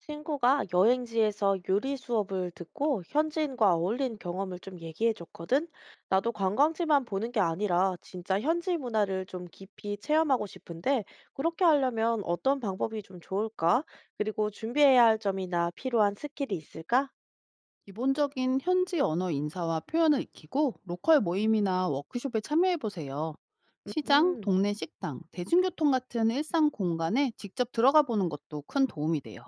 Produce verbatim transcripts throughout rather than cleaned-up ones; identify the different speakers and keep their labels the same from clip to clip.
Speaker 1: 친구가 여행지에서 요리 수업을 듣고 현지인과 어울린 경험을 좀 얘기해 줬거든. 나도 관광지만 보는 게 아니라 진짜 현지 문화를 좀 깊이 체험하고 싶은데 그렇게 하려면 어떤 방법이 좀 좋을까? 그리고 준비해야 할 점이나 필요한 스킬이 있을까?
Speaker 2: 기본적인 현지 언어 인사와 표현을 익히고 로컬 모임이나 워크숍에 참여해 보세요. 시장,
Speaker 1: 음,
Speaker 2: 동네 식당, 대중교통 같은 일상 공간에 직접 들어가 보는 것도 큰 도움이 돼요.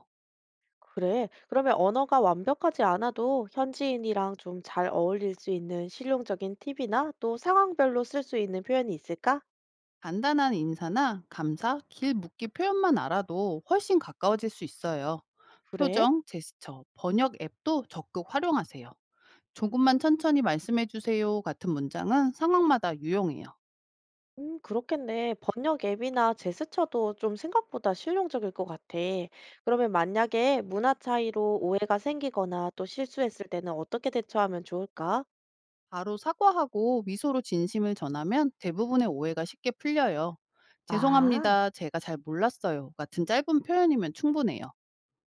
Speaker 1: 그래. 그러면 언어가 완벽하지 않아도 현지인이랑 좀 잘 어울릴 수 있는 실용적인 팁이나 또 상황별로 쓸 수 있는 표현이 있을까?
Speaker 2: 간단한 인사나 감사, 길 묻기 표현만 알아도 훨씬 가까워질 수 있어요.
Speaker 1: 그래?
Speaker 2: 표정, 제스처, 번역 앱도 적극 활용하세요. 조금만 천천히 말씀해 주세요 같은 문장은 상황마다 유용해요.
Speaker 1: 음, 그렇겠네. 번역 앱이나 제스처도 좀 생각보다 실용적일 것 같아. 그러면 만약에 문화 차이로 오해가 생기거나 또 실수했을 때는 어떻게 대처하면 좋을까?
Speaker 2: 바로 사과하고 미소로 진심을 전하면 대부분의 오해가 쉽게 풀려요.
Speaker 1: 아,
Speaker 2: 죄송합니다. 제가 잘 몰랐어요. 같은 짧은 표현이면 충분해요.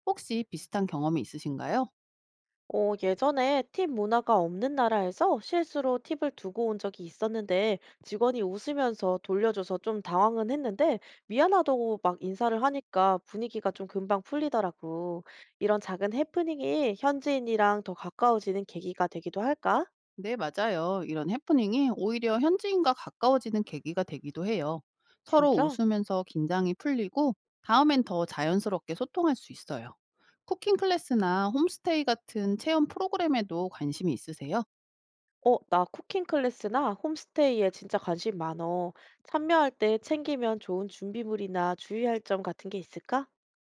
Speaker 2: 혹시 비슷한 경험이 있으신가요?
Speaker 1: 어, 예전에 팁 문화가 없는 나라에서 실수로 팁을 두고 온 적이 있었는데 직원이 웃으면서 돌려줘서 좀 당황은 했는데 미안하다고 막 인사를 하니까 분위기가 좀 금방 풀리더라고. 이런 작은 해프닝이 현지인이랑 더 가까워지는 계기가 되기도 할까?
Speaker 2: 네, 맞아요. 이런 해프닝이 오히려 현지인과 가까워지는 계기가 되기도 해요. 서로
Speaker 1: 진짜?
Speaker 2: 웃으면서 긴장이 풀리고 다음엔 더 자연스럽게 소통할 수 있어요. 쿠킹 클래스나 홈스테이 같은 체험 프로그램에도 관심이 있으세요?
Speaker 1: 어, 나 쿠킹 클래스나 홈스테이에 진짜 관심 많어. 참여할 때 챙기면 좋은 준비물이나 주의할 점 같은 게 있을까?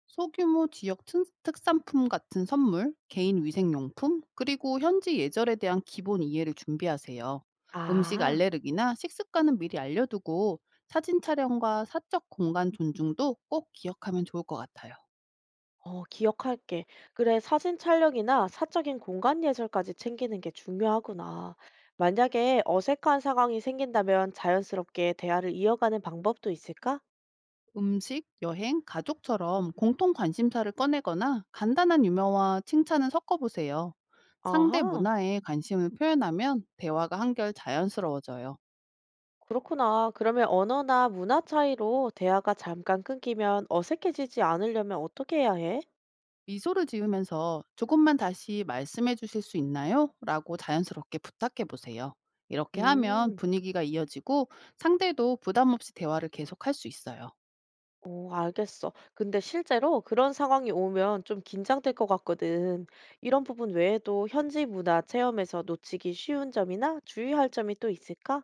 Speaker 2: 소규모 지역 특- 특산품 같은 선물, 개인 위생용품, 그리고 현지 예절에 대한 기본 이해를 준비하세요. 음식
Speaker 1: 아,
Speaker 2: 알레르기나 식습관은 미리 알려두고 사진 촬영과 사적 공간 존중도 꼭 기억하면 좋을 것 같아요.
Speaker 1: 어, 기억할게. 그래, 사진 촬영이나 사적인 공간 예절까지 챙기는 게 중요하구나. 만약에 어색한 상황이 생긴다면 자연스럽게 대화를 이어가는 방법도 있을까?
Speaker 2: 음식, 여행, 가족처럼 공통 관심사를 꺼내거나 간단한 유명화 칭찬을 섞어보세요. 상대
Speaker 1: 아하,
Speaker 2: 문화에 관심을 표현하면 대화가 한결 자연스러워져요.
Speaker 1: 그렇구나. 그러면 언어나 문화 차이로 대화가 잠깐 끊기면 어색해지지 않으려면 어떻게 해야 해?
Speaker 2: 미소를 지으면서 "조금만 다시 말씀해 주실 수 있나요?" 라고 자연스럽게 부탁해 보세요. 이렇게 하면
Speaker 1: 음.
Speaker 2: 분위기가 이어지고 상대도 부담 없이 대화를 계속할 수 있어요.
Speaker 1: 오, 알겠어. 근데 실제로 그런 상황이 오면 좀 긴장될 것 같거든. 이런 부분 외에도 현지 문화 체험에서 놓치기 쉬운 점이나 주의할 점이 또 있을까?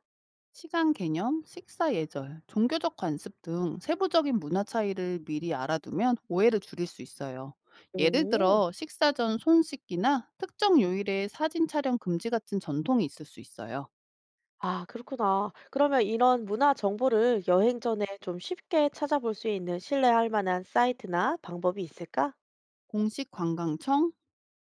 Speaker 2: 시간 개념, 식사 예절, 종교적 관습 등 세부적인 문화 차이를 미리 알아두면 오해를 줄일 수 있어요. 예를
Speaker 1: 오,
Speaker 2: 들어 식사 전 손 씻기나 특정 요일에 사진 촬영 금지 같은 전통이 있을 수 있어요.
Speaker 1: 아, 그렇구나. 그러면 이런 문화 정보를 여행 전에 좀 쉽게 찾아볼 수 있는 신뢰할 만한 사이트나 방법이 있을까?
Speaker 2: 공식 관광청,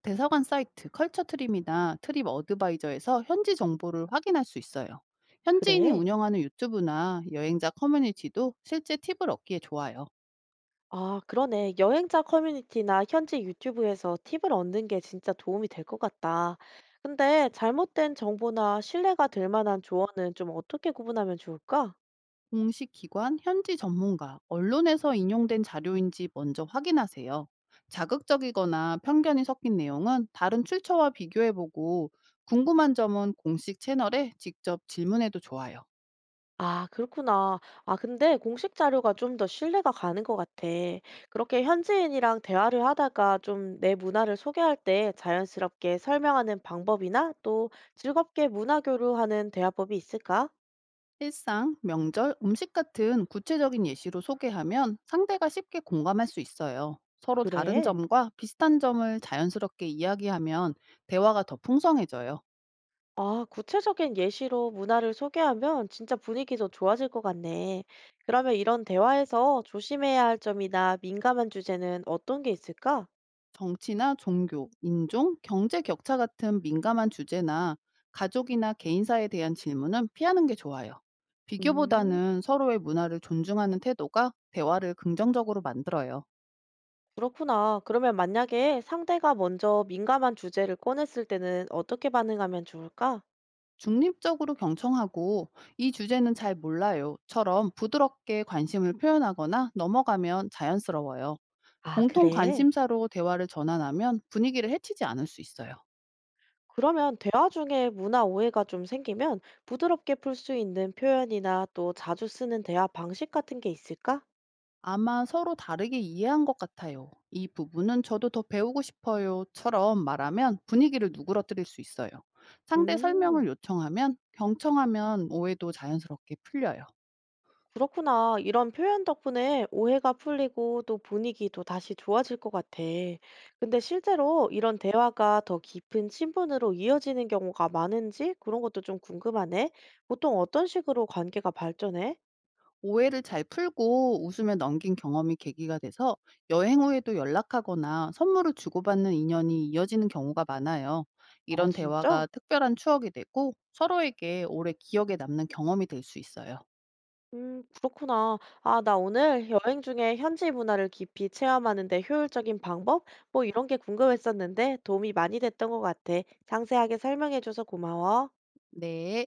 Speaker 2: 대사관 사이트, 컬처 트립이나 트립 어드바이저에서 현지 정보를 확인할 수 있어요. 현지인이
Speaker 1: 그래.
Speaker 2: 운영하는 유튜브나 여행자 커뮤니티도 실제 팁을 얻기에 좋아요.
Speaker 1: 아, 그러네. 여행자 커뮤니티나 현지 유튜브에서 팁을 얻는 게 진짜 도움이 될 것 같다. 근데 잘못된 정보나 신뢰가 될 만한 조언은 좀 어떻게 구분하면 좋을까?
Speaker 2: 공식 기관, 현지 전문가, 언론에서 인용된 자료인지 먼저 확인하세요. 자극적이거나 편견이 섞인 내용은 다른 출처와 비교해보고 궁금한 점은 공식 채널에 직접 질문해도 좋아요.
Speaker 1: 아, 그렇구나. 아, 근데 공식 자료가 좀 더 신뢰가 가는 것 같아. 그렇게 현지인이랑 대화를 하다가 좀 내 문화를 소개할 때 자연스럽게 설명하는 방법이나 또 즐겁게 문화 교류하는 대화법이 있을까?
Speaker 2: 일상, 명절, 음식 같은 구체적인 예시로 소개하면 상대가 쉽게 공감할 수 있어요. 서로 다른
Speaker 1: 그래.
Speaker 2: 점과 비슷한 점을 자연스럽게 이야기하면 대화가 더 풍성해져요.
Speaker 1: 아, 구체적인 예시로 문화를 소개하면 진짜 분위기도 좋아질 것 같네. 그러면 이런 대화에서 조심해야 할 점이나 민감한 주제는 어떤 게 있을까?
Speaker 2: 정치나 종교, 인종, 경제 격차 같은 민감한 주제나 가족이나 개인사에 대한 질문은 피하는 게 좋아요.
Speaker 1: 음,
Speaker 2: 비교보다는 서로의 문화를 존중하는 태도가 대화를 긍정적으로 만들어요.
Speaker 1: 그렇구나. 그러면 만약에 상대가 먼저 민감한 주제를 꺼냈을 때는 어떻게 반응하면 좋을까?
Speaker 2: 중립적으로 경청하고 이 주제는 잘 몰라요처럼 부드럽게 관심을 표현하거나 넘어가면 자연스러워요.
Speaker 1: 아,
Speaker 2: 공통
Speaker 1: 그래.
Speaker 2: 관심사로 대화를 전환하면 분위기를 해치지 않을 수 있어요.
Speaker 1: 그러면 대화 중에 문화 오해가 좀 생기면 부드럽게 풀 수 있는 표현이나 또 자주 쓰는 대화 방식 같은 게 있을까?
Speaker 2: 아마 서로 다르게 이해한 것 같아요. 이 부분은 저도 더 배우고 싶어요처럼 말하면 분위기를 누그러뜨릴 수 있어요. 상대
Speaker 1: 음.
Speaker 2: 설명을 요청하면 경청하면 오해도 자연스럽게 풀려요.
Speaker 1: 그렇구나. 이런 표현 덕분에 오해가 풀리고 또 분위기도 다시 좋아질 것 같아. 근데 실제로 이런 대화가 더 깊은 친분으로 이어지는 경우가 많은지 그런 것도 좀 궁금하네. 보통 어떤 식으로 관계가 발전해?
Speaker 2: 오해를 잘 풀고 웃으며 넘긴 경험이 계기가 돼서 여행 후에도 연락하거나 선물을 주고받는 인연이 이어지는 경우가 많아요.
Speaker 1: 아,
Speaker 2: 이런
Speaker 1: 진짜?
Speaker 2: 대화가 특별한 추억이 되고 서로에게 오래 기억에 남는 경험이 될 수 있어요.
Speaker 1: 음, 그렇구나. 아, 나 오늘 여행 중에 현지 문화를 깊이 체험하는데 효율적인 방법? 뭐 이런 게 궁금했었는데 도움이 많이 됐던 것 같아. 상세하게 설명해줘서 고마워.
Speaker 2: 네.